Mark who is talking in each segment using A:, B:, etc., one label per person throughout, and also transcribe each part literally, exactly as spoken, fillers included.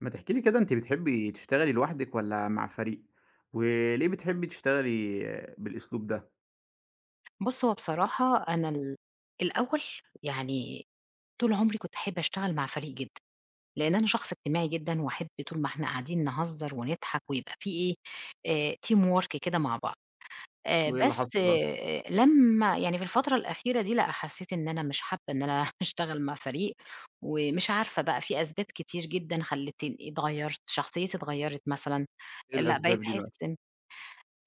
A: ما تحكي لي كده، أنتِ بتحبي تشتغلي لوحدِك والّا مع فريق؟ وليه بتحبي تشتغلي بالأسلوب ده؟
B: بُص، هو بصراحة أنا ال الأول يعني طول عمري كنت أحب أشتغل مع فريق جدًا، لإن أنا شخص اجتماعي جدًا وأحب طول ما إحنا قاعدين نهزر ونضحك ويبقى في إيه، آآ team work كده مع بعض. آآ
A: وإيه اللي
B: بس
A: حصل بقى؟
B: آآ لمّا يعني في الفترة الأخيرة دي لأ، حسيت إن أنا مش حابة إن أنا أشتغل مع فريق، ومش عارفة بقى في أسباب كتير جدًا خلّتني اتغيّرت، شخصيتي اتغيّرت مثلًا،
A: إيه
B: لأ بقيت
A: الأسباب دي بقى؟
B: أحس.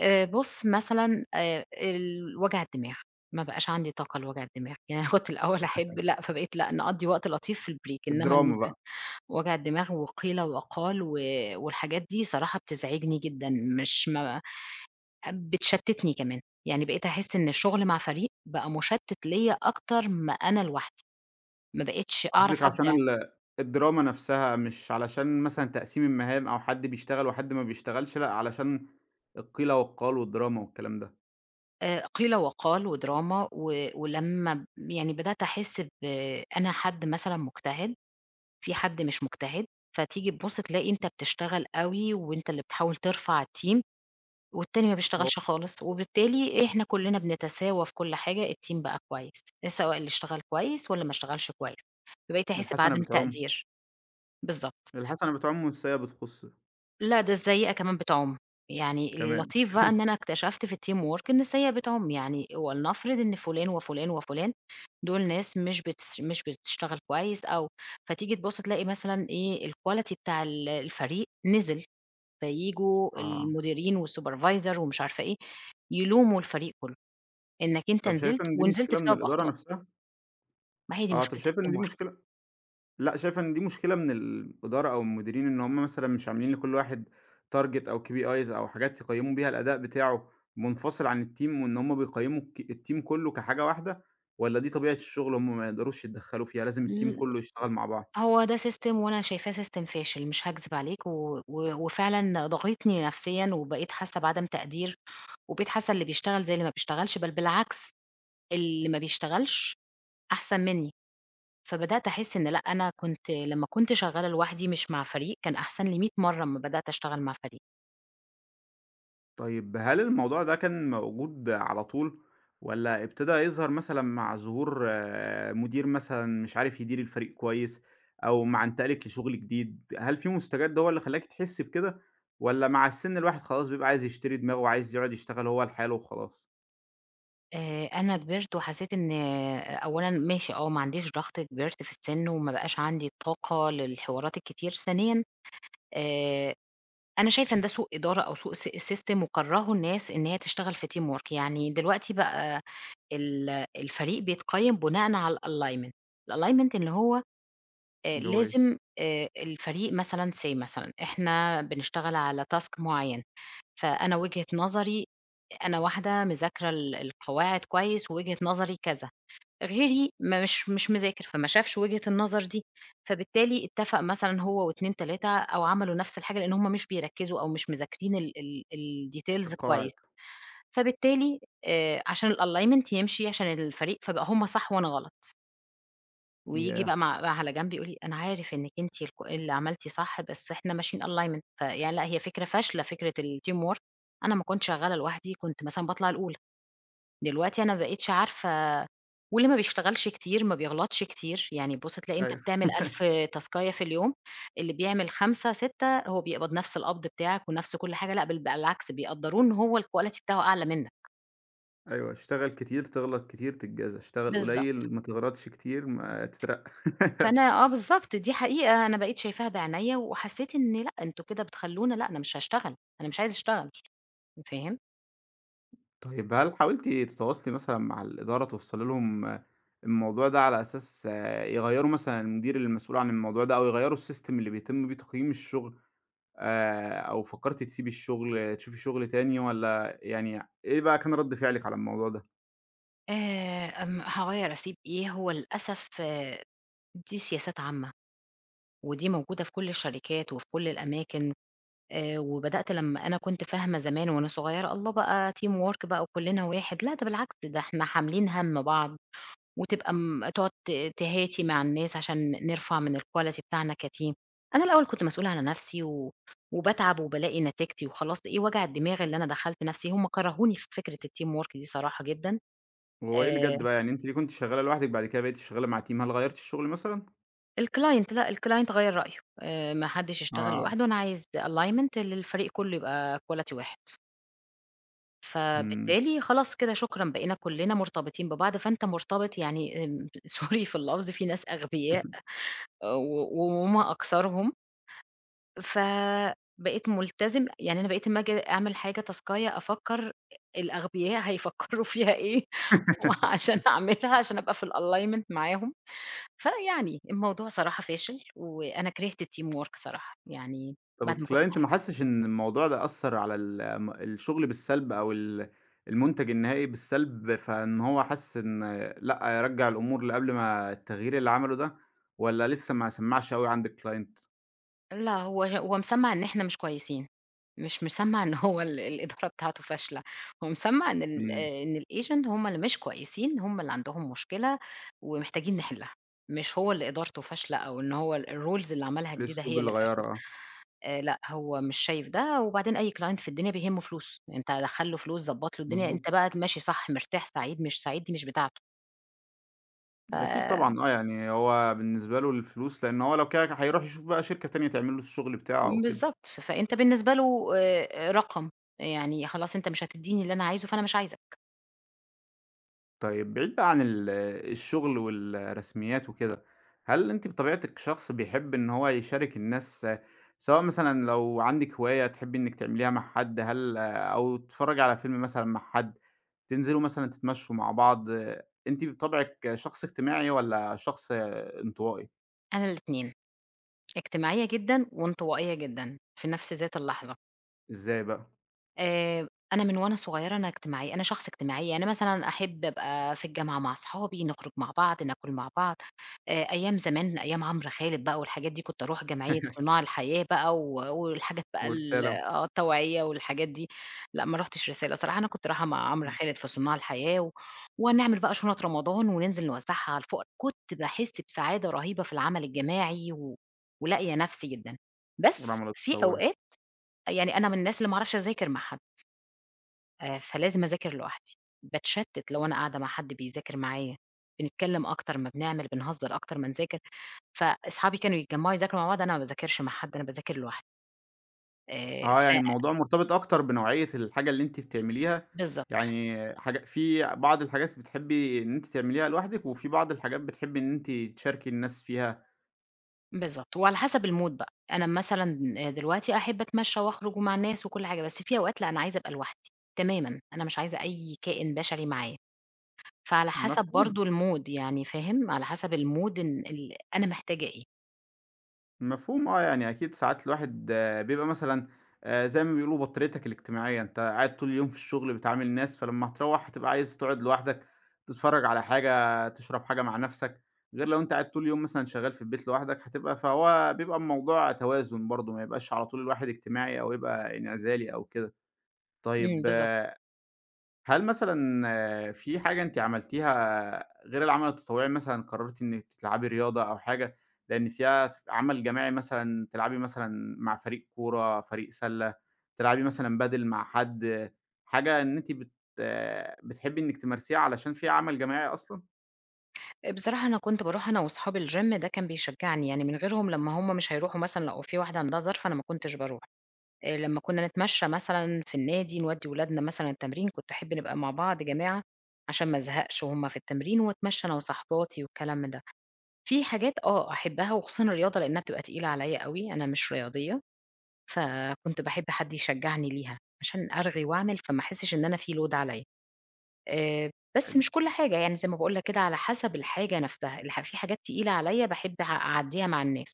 B: آآ بُص مثلًا آآ ال وجع الدماغ، ما بقاش عندي طاقة لوجع الدماغ، يعني أنا كنت الأول أحب لأ، فبقيت لأ، نقضّي وقت لطيف في الbreak، إنّما إن
A: الدراما
B: يبقى
A: بقى.
B: وجع الدماغ وقيل وقال و والحاجات دي صراحة بتزعجني جدًا، مش ما بتشتّتني كمان، يعني بقيت أحس إن الشغل مع فريق بقى مُشتِّت ليّا أكتر ما أنا لوحدي، ما بقيتش
A: قصدِك
B: أعرف
A: عشان
B: أبدع،
A: ال الدراما نفسها، مش علشان مثلًا تقسيم المهام أو حد بيشتغل وحد ما بيشتغلش، لأ، علشان القيل والقال والدراما والكلام ده.
B: آآ قيل وقال ودراما و ولمّا يعني بدأت أحس ب، أنا حد مثلًا مجتهد في حد مش مجتهد، فتيجي تبُص تلاقي أنت بتشتغل أوي وأنت اللي بتحاول ترفع الteam والتاني ما
A: هو
B: بيشتغلش خالص، وبالتالي إحنا كلّنا بنتساوى في كل حاجة الteam بقى كويس، سواء اللي اشتغل كويس واللي ما اشتغلش كويس، فبقيت أحس
A: الحسنة
B: بعدم
A: بتعُم.
B: تقدير. بالضبط.
A: الحسنة بتعُم والسيئة بتخُص
B: لأ، ده السيئة كمان بتعُم، يعني
A: كمان.
B: اللطيف بقى إن أنا اكتشفت في الteam work إن السيئة بتعُم، يعني ولنفرض إن فلان وفلان وفلان دول ناس مش بتس مش بتشتغل كويس أو فتيجي تبُص تلاقي مثلًا إيه الquality بتاع ال الفريق نزل، فييجوا
A: آه.
B: المديرين والsupervisor ومش عارفة إيه، يلوموا الفريق كلّه، إنك أنت
A: طب
B: نزلت
A: شايفة إن دي
B: ونزلت
A: مشكلة من
B: بسبب
A: الإدارة
B: أخطائك،
A: نفسها؟
B: ما هي دي
A: آه، طب
B: مشكلة
A: شايفة إن
B: الteam
A: دي مشكلة، لأ، شايف إن دي مشكلة من الإدارة أو المديرين، إن هم مثلًا مش عاملين لكل واحد target أو كي بي آيز أو حاجات يقيّموا بيها الأداء بتاعه منفصل عن الteam، وإن هم بيقيّموا الك الteam كُلّه كحاجة واحدة، والّا دي طبيعة الشغل هم ما يقدروش يتدخّلوا فيها، لازم الteam
B: work.
A: كُلّه يشتغل مع بعض؟
B: هو ده system وأنا شايفاه system فاشل مش هاكذب عليك، و و وفعلًا ضاغطني نفسيًا وبقيت حاسة بعدم تقدير، وبقيت حاسة اللي بيشتغل زي اللي ما بيشتغلش، بل بالعكس اللي ما بيشتغلش أحسن منّي، فبدأت أحس إن لأ، أنا كنت لمّا كنت شغالة لوحدي مش مع فريق كان أحسن لي مية مرّة أمّا بدأت أشتغل مع فريق.
A: طيب هل الموضوع ده كان موجود على طول، والّا ابتدى يظهر مثلًا مع ظهور آه، مدير مثلًا مش عارف يدير الفريق كويس، أو مع انتقالِك لشغل جديد، هل في مستجد هو اللي خلّاكِ تحسّي بكده، والّا مع السِن الواحد خلاص بيبقى عايز يشتري دماغه وعايز يقعد يشتغل هو لحاله وخلاص؟
B: آآ أنا كبرت وحسيت إن آه، أولًا ماشي آه، ما عنديش ضغط كبرت في السِن وما بقاش عندي الطاقة للحوارات الكتير، ثانيًا آآ أنا شايفة إن ده سوء إدارة أو سوء س system وكرّهوا الناس إن هي تشتغل في team work، يعني دلوقتي بقى ال الفريق بيتقيّم بناءً على الalignment، الalignment اللي هو آآ
A: اللي هو إيه؟
B: لازم آآ الفريق مثلًا say مثلًا إحنا بنشتغل على task معيّن، فأنا وجهة نظري، أنا واحدة مذاكرة ال القواعد كويس ووجهة نظري كذا، غيري ما مش مش مذاكر، فما شافش وجهة النظر دي، فبالتالي اتفق مثلًا هو و2، تلاتة أو عملوا نفس الحاجة لإن هم مش بيركّزوا أو مش مذاكرين ال ال الdetails
A: القواعد.
B: كويس، فبالتالي آآ عشان الalignment يمشي عشان الفريق، فبقى هم صح وأنا غلط، وييجي
A: ياه!
B: بقى مع بقى على جنب يقول لي: "أنا عارف إنِّك أنتِ الك اللي عملتِ صح بس إحنا ماشيين alignment". فيعني لأ هي فكرة فاشلة فكرة الteamwork، أنا أمّا كنت شغّالة لوحدي كنت مثلًا باطلع الأولى. دلوقتي أنا ما بقيتش عارفة، واللي ما بيشتغلش كتير، ما بيغلطش كتير، يعني بُص تلاقي أنت
A: أيوه
B: بتعمل ألف تاسكاية في اليوم، اللي بيعمل خمسة، ستة هو بيقبض نفس القبض بتاعك ونفس كل حاجة، لأ بل بالعكس بيقدّروه إن هو الquality بتاعه أعلى منك.
A: أيوه، اشتغل كتير تغلط كتير تتجازى، اشتغل
B: بالضبط.
A: قليل ما تغلطش كتير ما تترقى.
B: فأنا آه بالضبط، دي حقيقة أنا بقيت شايفاها بعينيّا وحسّيت إن لأ، أنتم كده بتخلّونا لأ، أنا مش هاشتغل، أنا مش عايزة أشتغل، فاهم؟
A: طيب هل حاولتِ تتواصلي مثلًا مع الإدارة توصّلي لهم آه، الموضوع ده، على أساس آه، يغيّروا مثلًا المدير المسؤول عن الموضوع ده، أو يغيّروا الsystem اللي بيتم بيه تقييم الشغل، آآ أو فكّرتِ تسيبي الشغل، آه، تشوفي شغل تاني، والّا يعني إيه بقى كان رَد فعلِك على الموضوع ده؟
B: آآ أم هاغيّر أسيب إيه، هو للأسف آه، دي سياسات عامة، ودي موجودة في كل الشركات وفي كل الأماكن. آآ وبدأت لمّا أنا كنت فاهمة زمان وأنا صغيرة الله بقى team work بقى وكُلّنا واحد، لأ ده بالعكس ده إحنا حاملين هَم بعض، وتبقى م تقعد ت تهاتي مع الناس عشان نرفع من الquality بتاعنا كteam. أنا الأول كنت مسؤولة على نَفْسي و وباتعب وبالاقي نتيجتي وخلاص إيه وجع الدماغ اللي أنا دخلت نَفْسي، هم كرهوني في فكرة الteam work دي صراحة جدًا.
A: وهو إيه اللي
B: آآ
A: جَد بقى؟ يعني أنتِ اللي كنتِ شغّالة لوحدِك بعد كده بقيتِ شغّالة مع team، هل غيّرتِ الشغل مثلًا؟
B: الclient لأ، الclient غيّر رأيه، آآ ما حدّش يشتغل
A: آه.
B: لوحده أنا عايز alignment للفريق كُلّه يبقى quality واحد.
A: إمم.
B: فبالتالي خلاص كده شكرًا بقينا كلنا مرتبطين ببعض، فأنت مرتبط يعني آمم، sorry في اللفظ في ناس أغبياء. اه، و وهم أكثرهم، فبقيت ملتزم يعني أنا بقيت أمّا آجي أعمل حاجة تاسكاية أفكّر الأغبياء هيفكّروا فيها إيه. وعشان أعملها عشان أبقى في الalignment معاهم، فيعني الموضوع صراحة فاشل، وأنا كرهت الteamwork صراحة، يعني
A: طب
B: بعد ما كنت
A: الclient ما
B: باحبه.
A: حسش إن الموضوع ده أثّر على ال م الشغل بالسلب، أو ال المنتج النهائي بالسلب، فإن هو حس إن لأ، يرجّع الأمور لقبل ما التغيير اللي عمله ده، والّا لسه ما سمّعش أوي عند الclient؟
B: لأ، هو ه هو مسمّع إن إحنا مش كويسين، مش مسمّع إن هو ال الإدارة بتاعته فاشلة، هو مسمّع إن ال
A: إمم.
B: إن الagent هم اللي مش كويسين، هم اللي عندهم مشكلة ومحتاجين نحلّها، مش هو اللي إدارته فاشلة أو إن هو الrules اللي عملها جديدة
A: الأسلوب
B: هي
A: اللي
B: اللي فاشلة،
A: غيّره، آه.
B: آآ لأ، هو مش شايف ده، وبعدين أي client في الدنيا بيهمه فلوس، أنت دخّل له فلوس، ضبّط له الدنيا، أنت
A: مضبوط.
B: بقى ماشي صح، مرتاح، سعيد، مش سعيد، دي مش بتاعته،
A: أكيد
B: ف.
A: طبعًا، آه، يعني هو بالنسبة له الفلوس، لإن هو لو كده هيروح يشوف بقى شركة تانية تعمل له الشغل بتاعه أو كده.
B: بالضبط، فأنت بالنسبة له آآ رقم، يعني خلاص أنت مش هتدّيني اللي أنا عايزه، فأنا مش عايزك.
A: طيب بعيد بقى عن ال الشغل والرسميات وكده، هل أنتِ بطبيعتِك شخص بيحب إن هو يشارك الناس، سواء مثلًا لو عندِك هواية تحبي إنِك تعمليها مع حد، هل أو تتفرجي على فيلم مثلًا مع حد، تنزلوا مثلًا تتمشوا مع بعض، أنتِ بطبعِك شخص اجتماعي والّا شخص انطوائي؟
B: أنا الاتنين، اجتماعية جدًا وانطوائية جدًا، في نفْس ذات اللحظة.
A: إزاي بقى؟
B: آآ أنا من وأنا صغيرة أنا اجتماعية، أنا شخص اجتماعية، أنا مثلًا أحب أبقى في الجامعة مع أصحابي، نخرج مع بعض، ناكل مع بعض، آآ أيام زمان أيام عمرو خالد بقى والحاجات دي، كنت أروح جمعية صُناع الحياة بقى و والحاجات بقى ال
A: ورسالة.
B: آه التوعية والحاجات دي، لأ ما رُحتش رسالة صراحة، أنا كنت رايحة مع عمرو خالد في صُناع الحياة و ونعمل بقى شُنط رمضان وننزل نوزّعها على الفقرا، كنت باحس بسعادة رهيبة في العمل الجماعي و ولاقية نفسي جدًا، بس
A: والعمل
B: في
A: التطوعي.
B: أوقات يعني أنا من الناس اللي ما اعرفش أذاكر مع حد. آآ فلازم أذاكر لوحدي، باتشتت لو أنا قاعدة مع حد بيذاكر معايا، بنتكلم أكتر ما بنعمل، بنهزر أكتر ما نذاكر، فأصحابي كانوا يتجمعوا يذاكروا مع بعض، أنا ما باذاكرش مع حد، أنا باذاكر لوحدي، آآ
A: آه،
B: ف
A: يعني الموضوع مرتبط أكتر بنوعية الحاجة اللي أنتِ بتعمليها،
B: بالضبط،
A: يعني حاجة في بعض الحاجات بتحبي إن أنتِ تعمليها لوحدِك، وفي بعض الحاجات بتحبي إن أنتِ تشاركي الناس فيها.
B: بالضبط، وعلى حسب الmood بقى، أنا مثلًا دلوقتي أحب أتمشى وأخرج ومع الناس وكل حاجة، بس في أوقات لأ، أنا عايزة أبقى لوحدي تمامًا، أنا مش عايزة أي كائن بشري معايا، فعلى حسب
A: مفهوم.
B: برضه الmood يعني فاهم، على حسب الmood إن ال أنا محتاجة إيه.
A: مفهوم، آه، يعني أكيد ساعات الواحد، آه، بيبقى مثلًا آآ زي ما بيقولوا بطاريتك الاجتماعية، أنت قاعد طول اليوم في الشغل بتعامل ناس، فلمّا هتروّح هتبقى عايز تقعد لوحدك، تتفرّج على حاجة، تشرب حاجة مع نَفْسك، غير لو أنت قاعد طول اليوم مثلًا شغال في البيت لوحدك هتبقى، فهو بيبقى الموضوع توازن برضه، ما يبقاش على طول الواحد اجتماعي أو يبقى انعزالي أو كده. طيب
B: إمم، بالضبط.
A: آه، هل مثلًا آه، في حاجة أنتِ عملتيها غير العمل التطوعي، مثلًا قررتِ إنِّك تلعبي رياضة أو حاجة، لإن فيها ت عمل جماعي، مثلًا تلعبي مثلًا مع فريق كورة، فريق سلة، تلعبي مثلًا بادل مع حد، حاجة إن أنتِ بت آه، بتحبي إنِّك تمارسيها علشان فيها عمل جماعي أصلًا؟
B: بصراحة أنا كنت باروح أنا وأصحابي الgym ده كان بيشجّعني، يعني من غيرهم لمّا هُم مش هيروحوا مثلًا لو في واحدة عندها ظرف أنا ما كنتش باروح، آآ لمّا كنا نتمشّى مثلًا في النادي نودّي ولادنا مثلًا التمرين، كنت أحب نبقى مع بعض جماعة عشان ما ازهقش وهُم في التمرين واتمشّى أنا وصاحباتي والكلام من ده. في حاجات آه أحبها وخصوصًا الرياضة لإنها بتبقى تقيلة عليّا أوي، أنا مش رياضية، فكنت باحب حد يشجّعني ليها عشان أرغي وأعمل فما أحسّش إن أنا في load عليّا. آآ، بس
A: حلو.
B: مش كل حاجة، يعني زي ما باقول لك كده على حسب الحاجة نفْسها، الح في حاجات تقيلة عليَّ باحب أع أعدّيها مع الناس.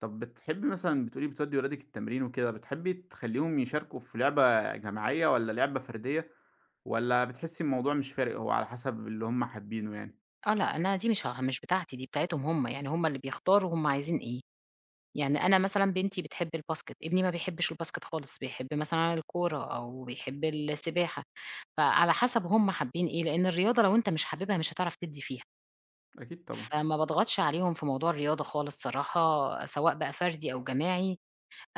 A: طب بتحبي مثلًا، بتقولي بتودّي ولادِك التمرين وكده، بتحبي تخلّيهم يشاركوا في لعبة جماعية والّا لعبة فردية، والّا بتحسّي الموضوع مش فارق، هو على حسب اللي هم حابينه يعني؟
B: آه، لأ، أنا دي مش ه مش بتاعتي، دي بتاعتهم هم، يعني هم اللي بيختاروا هم عايزين إيه. يعني أنا مثلًا بنتي بتحب الباسكت، ابني ما بيحبش الباسكت خالص، بيحب مثلًا الكورة أو بيحب السباحة، فعلى حسب هم حابين إيه، لإن الرياضة لو أنت مش حاببها مش هتعرف تدّي فيها،
A: أكيد طبعًا.
B: فما باضغطش عليهم في موضوع الرياضة خالص صراحة، سواء بقى فردي أو جماعي.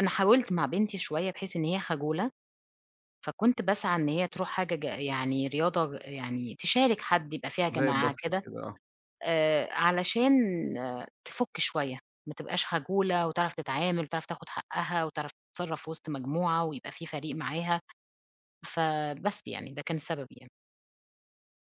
B: أنا حاولت مع بنتي شوية بحيث إن هي خجولة فكنت باسعى إن هي تروح حاجة ج يعني رياضة يعني تشارك حد، يبقى فيها
A: زي
B: جماعة
A: الباسكت
B: كده،
A: كده، آه.
B: آآ، علشان آه، تفُك شوية، ما تبقاش خجولة وتعرف تتعامل وتعرف تاخد حقها وتعرف تتصرّف في وسط مجموعة ويبقى في فريق معاها، فبس يعني ده كان السبب يعني.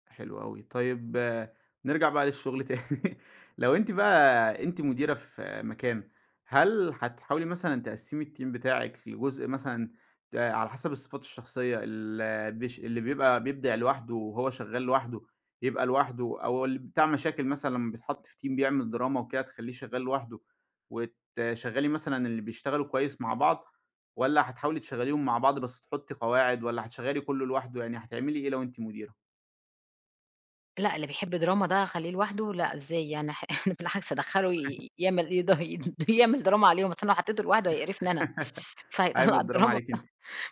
A: حلو أوي. طيب آه، نرجع بقى للشغل تاني، لو أنتِ بقى أنتِ مديرة في آه، مكان، هل هتحاولي مثلًا تقسّمي الteam بتاعِك لجزء مثلًا ت على حسب الصفات الشخصية، ال بيش اللي بيبقى بيبدع لوحده وهو شغال لوحده يبقى لوحده، أو اللي بتاع مشاكل مثلًا لمّا بيتحط في team بيعمل دراما وكده تخلّيه شغال لوحده، وتشغّلي مثلًا اللي بيشتغلوا كويس مع بعض، والّا هتحاولي تشغّليهم مع بعض بس تحطّي قواعد، والّا هتشغّلي كلّه لوحده؟ يعني هتعملي إيه لو أنتِ مديرة؟
B: لأ، اللي بيحب دراما ده أخلّيه لوحده، لأ إزاي يعني. ح بالعكس أدخّله ي يعمل يض يعمل دراما عليهم، أصل أنا لو حطيته لوحده هيقرفني أنا،
A: هيعمل
B: فهيطلّع
A: الدراما
B: الدراما.
A: عليكِ أنتِ.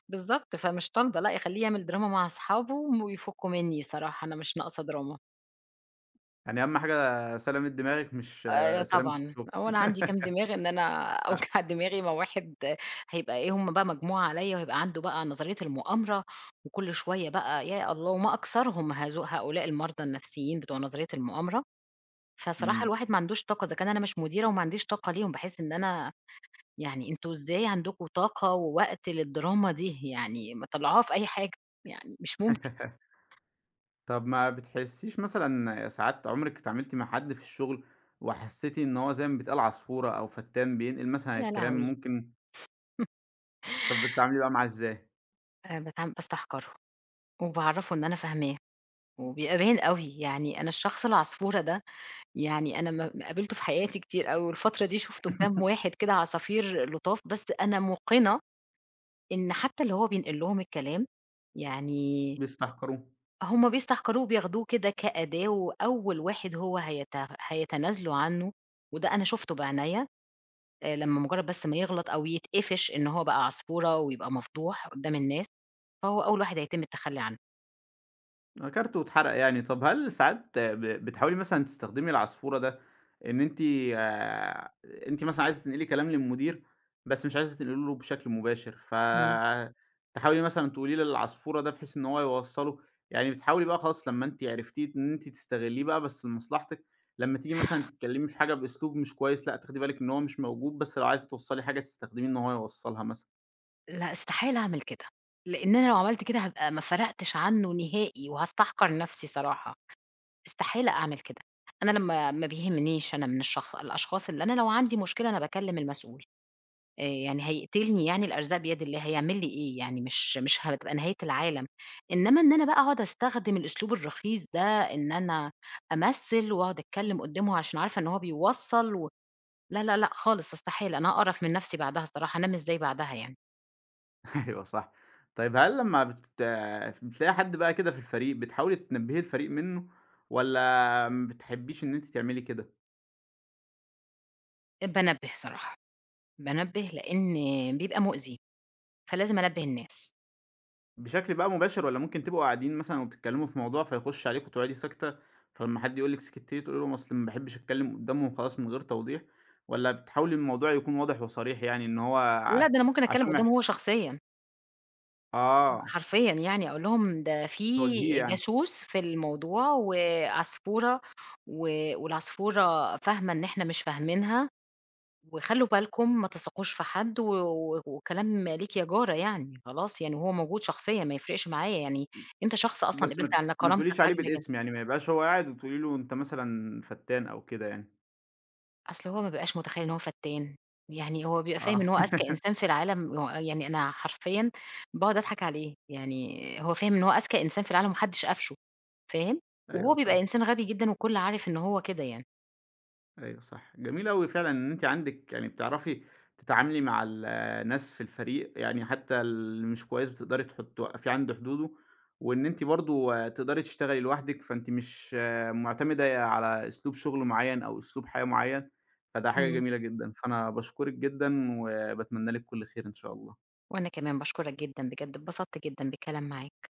B: بالضبط، فمش طالبة لأ، يخلّيه يعمل دراما مع أصحابه ويفكّوا منّي صراحة، أنا مش ناقصة دراما.
A: يعني أهم حاجة سلامة دماغِك، مش آه،
B: آآ
A: سلامة
B: طبعًا،
A: الشغل.
B: هو أنا عندي كام دماغ إن أنا
A: أ
B: أوجع دماغي ما واحد هيبقى إيه، هم بقى مجموعة عليّا وهيبقى عنده بقى نظرية المؤامرة وكل شوية بقى يا الله، وما أكثرهم هذو هؤلاء المرضى النفسيين بتوع نظرية المؤامرة، فصراحة
A: إمم.
B: الواحد ما عندوش طاقة، إذا كان أنا مش مديرة وما عنديش طاقة ليهم، باحس إن أنا يعني أنتم إزاي عندكم طاقة ووقت للدراما دي؟ يعني ما طلّعوها في أي حاجة، يعني مش ممكن،
A: طب ما بتحسيش مثلًا ساعات عمرِك اتعاملتِ مع حد في الشغل وحسيتِ إن هو زي ما بيتقال عصفورة أو فتان بينقل مثلًا
B: يا
A: الكلام،
B: لهوي!
A: ممكن طب بتتعاملي بقى معاه إزاي؟
B: آآ باتعام باستحقره، وباعرّفه إن أنا فاهماه، وبيبقى باين أوي، يعني أنا الشخص العصفورة ده، يعني أنا ما ما قابلته في حياتي كتير أوي، والفترة دي شُفته كام واحد كده عصافير لُطاف، بس أنا مُوقنة إن حتى اللي هو بينقل لهم الكلام، يعني
A: بيستحقروه.
B: هُم بيستحقروه وبياخدوه كده كأداة، وأول واحد هو هيت هيتنازلوا عنه، وده أنا شُفته بعنايّا، آآ لمّا مجرّد بس ما يغلط أو يتقفش إن هو بقى عصفورة ويبقى مفضوح قدّام الناس، فهو أول واحد هيتم التخلّي عنه.
A: آه، كارت واتحرق يعني. طب هل ساعات ب بتحاولي مثلًا تستخدمي العصفورة ده، إن أنتِ آآ، أنتِ مثلًا عايزة تنقلي كلام للمدير، بس مش عايزة تنقلي له بشكل مباشر،
B: إمم.
A: فتحاولي مثلًا تقولي للعصفورة ده بحيث إن هو يوصّله، يعني بتحاولي بقى خلاص لمّا أنتِ عرفتيه إن أنتِ تستغلّيه بقى بس لمصلحتِك، لمّا تيجي مثلًا تتكلمي في حاجة بأسلوب مش كويس، لأ تاخدي بالِك إن هو مش موجود، بس لو عايزة توصّلي حاجة تستخدميه إن هو يوصّلها مثلًا.
B: لأ، استحالة أعمل كده، لإن أنا لو عملت كده هابقى ما فرَقتش عنّه نهائي وهاستحقر نَفْسي صراحة، استحالة أعمل كده. أنا لمّا ما بيهمنيش أنا من الشخ الأشخاص اللي أنا لو عندي مشكلة أنا باكلّم المسؤول، آآ يعني هيقتلني يعني الأرزاق بيد الله، هيعمل لي إيه يعني مش مش هتبقى نهاية العالم. إنّما إن أنا بقى أقعد أستخدم الأسلوب الرخيص ده إن أنا أمثّل وأقعد أتكلّم قُدّامه عشان عارفة إن هو بيوصّل و. لا، لا، لأ خالص استحالة، أنا هاقرف من نَفْسي بعدها الصراحة، أنام إزاي بعدها يعني؟
A: أيوه صح. طيب هل لمّا بت بتلاقي حد بقى كده في الفريق، بتحاولي تنبّهي الفريق منّه، والّا ما بتحبّيش إن أنتِ تعملي كده؟
B: بانبّه صراحة. بانبّه لإن بيبقى مؤذي، فلازم أنبّه الناس.
A: بشكل بقى مباشر، والّا ممكن تبقوا قاعدين مثلًا وبتتكلّموا في موضوع فيخُش عليكم وتقعدي ساكتة، فلمّا حد يقول لِك سكتّي تقولي له، ما أصل ما باحبّش أتكلّم قُدّامهم، خلاص من غير توضيح، والّا بتحاولي الموضوع يكون واضح وصريح، يعني إن هو
B: لأ،
A: ع
B: ده أنا ممكن أتكلّم
A: عشان ما
B: قدّامه
A: يح
B: هو شخصيًا،
A: آه،
B: حرفيًا يعني أقول لهم ده في
A: تواجهيه يعني،
B: جاسوس في الموضوع وعصفورة و والعصفورة فاهمة إن إحنا مش فاهمينها، وخلّوا بالكم ما تثقوش في حد و و- وكلام ليك يا جارة يعني، خلاص يعني وهو موجود شخصيًا ما يفرقش معايا يعني، أنت شخص أصلًا
A: بس ما
B: قبلت
A: ت
B: على
A: ما
B: كرامتك
A: تقوليش عليه
B: حاجة زي كده.
A: بالاسم، يعني ما يبقاش هو قاعد وتقولي له أنت مثلًا فَتّان أو كده يعني.
B: أصل هو ما بيبقاش متخيّل إن هو فَتّان، يعني هو بيبقى فاهم
A: آه.
B: إن هو أذكى إنسان في العالم هو يعني أنا حرفيًا باقعد أضحك عليه، يعني هو فاهم إن هو أذكى إنسان في العالم وما حدّش قفشه، فاهم،
A: أيوه
B: وهو بيبقى
A: صح.
B: إنسان غبي جدًا والكل عارف إن هو كده يعني.
A: أيوه صح، جميل أوي فعلًا إن أنتِ عندِك، يعني بتعرفي تتعاملي مع الناس في الفريق، يعني حتى اللي مش كويس بتقدري تحط توقّفيه عند حدوده، وإن أنتِ برضه تقدري تشتغلي لوحدِك، فأنتِ مش آه، معتمدة على أسلوب شغل معيّن أو أسلوب حياة معيّن، فده حاجة
B: إمم،
A: جميلة جدًا، فأنا باشكرِك جدًا وباتمنى لِك كل خير إن شاء الله.
B: وأنا كمان باشكرك جدًا بجد اتبسطت جدًا بالكلام معاك.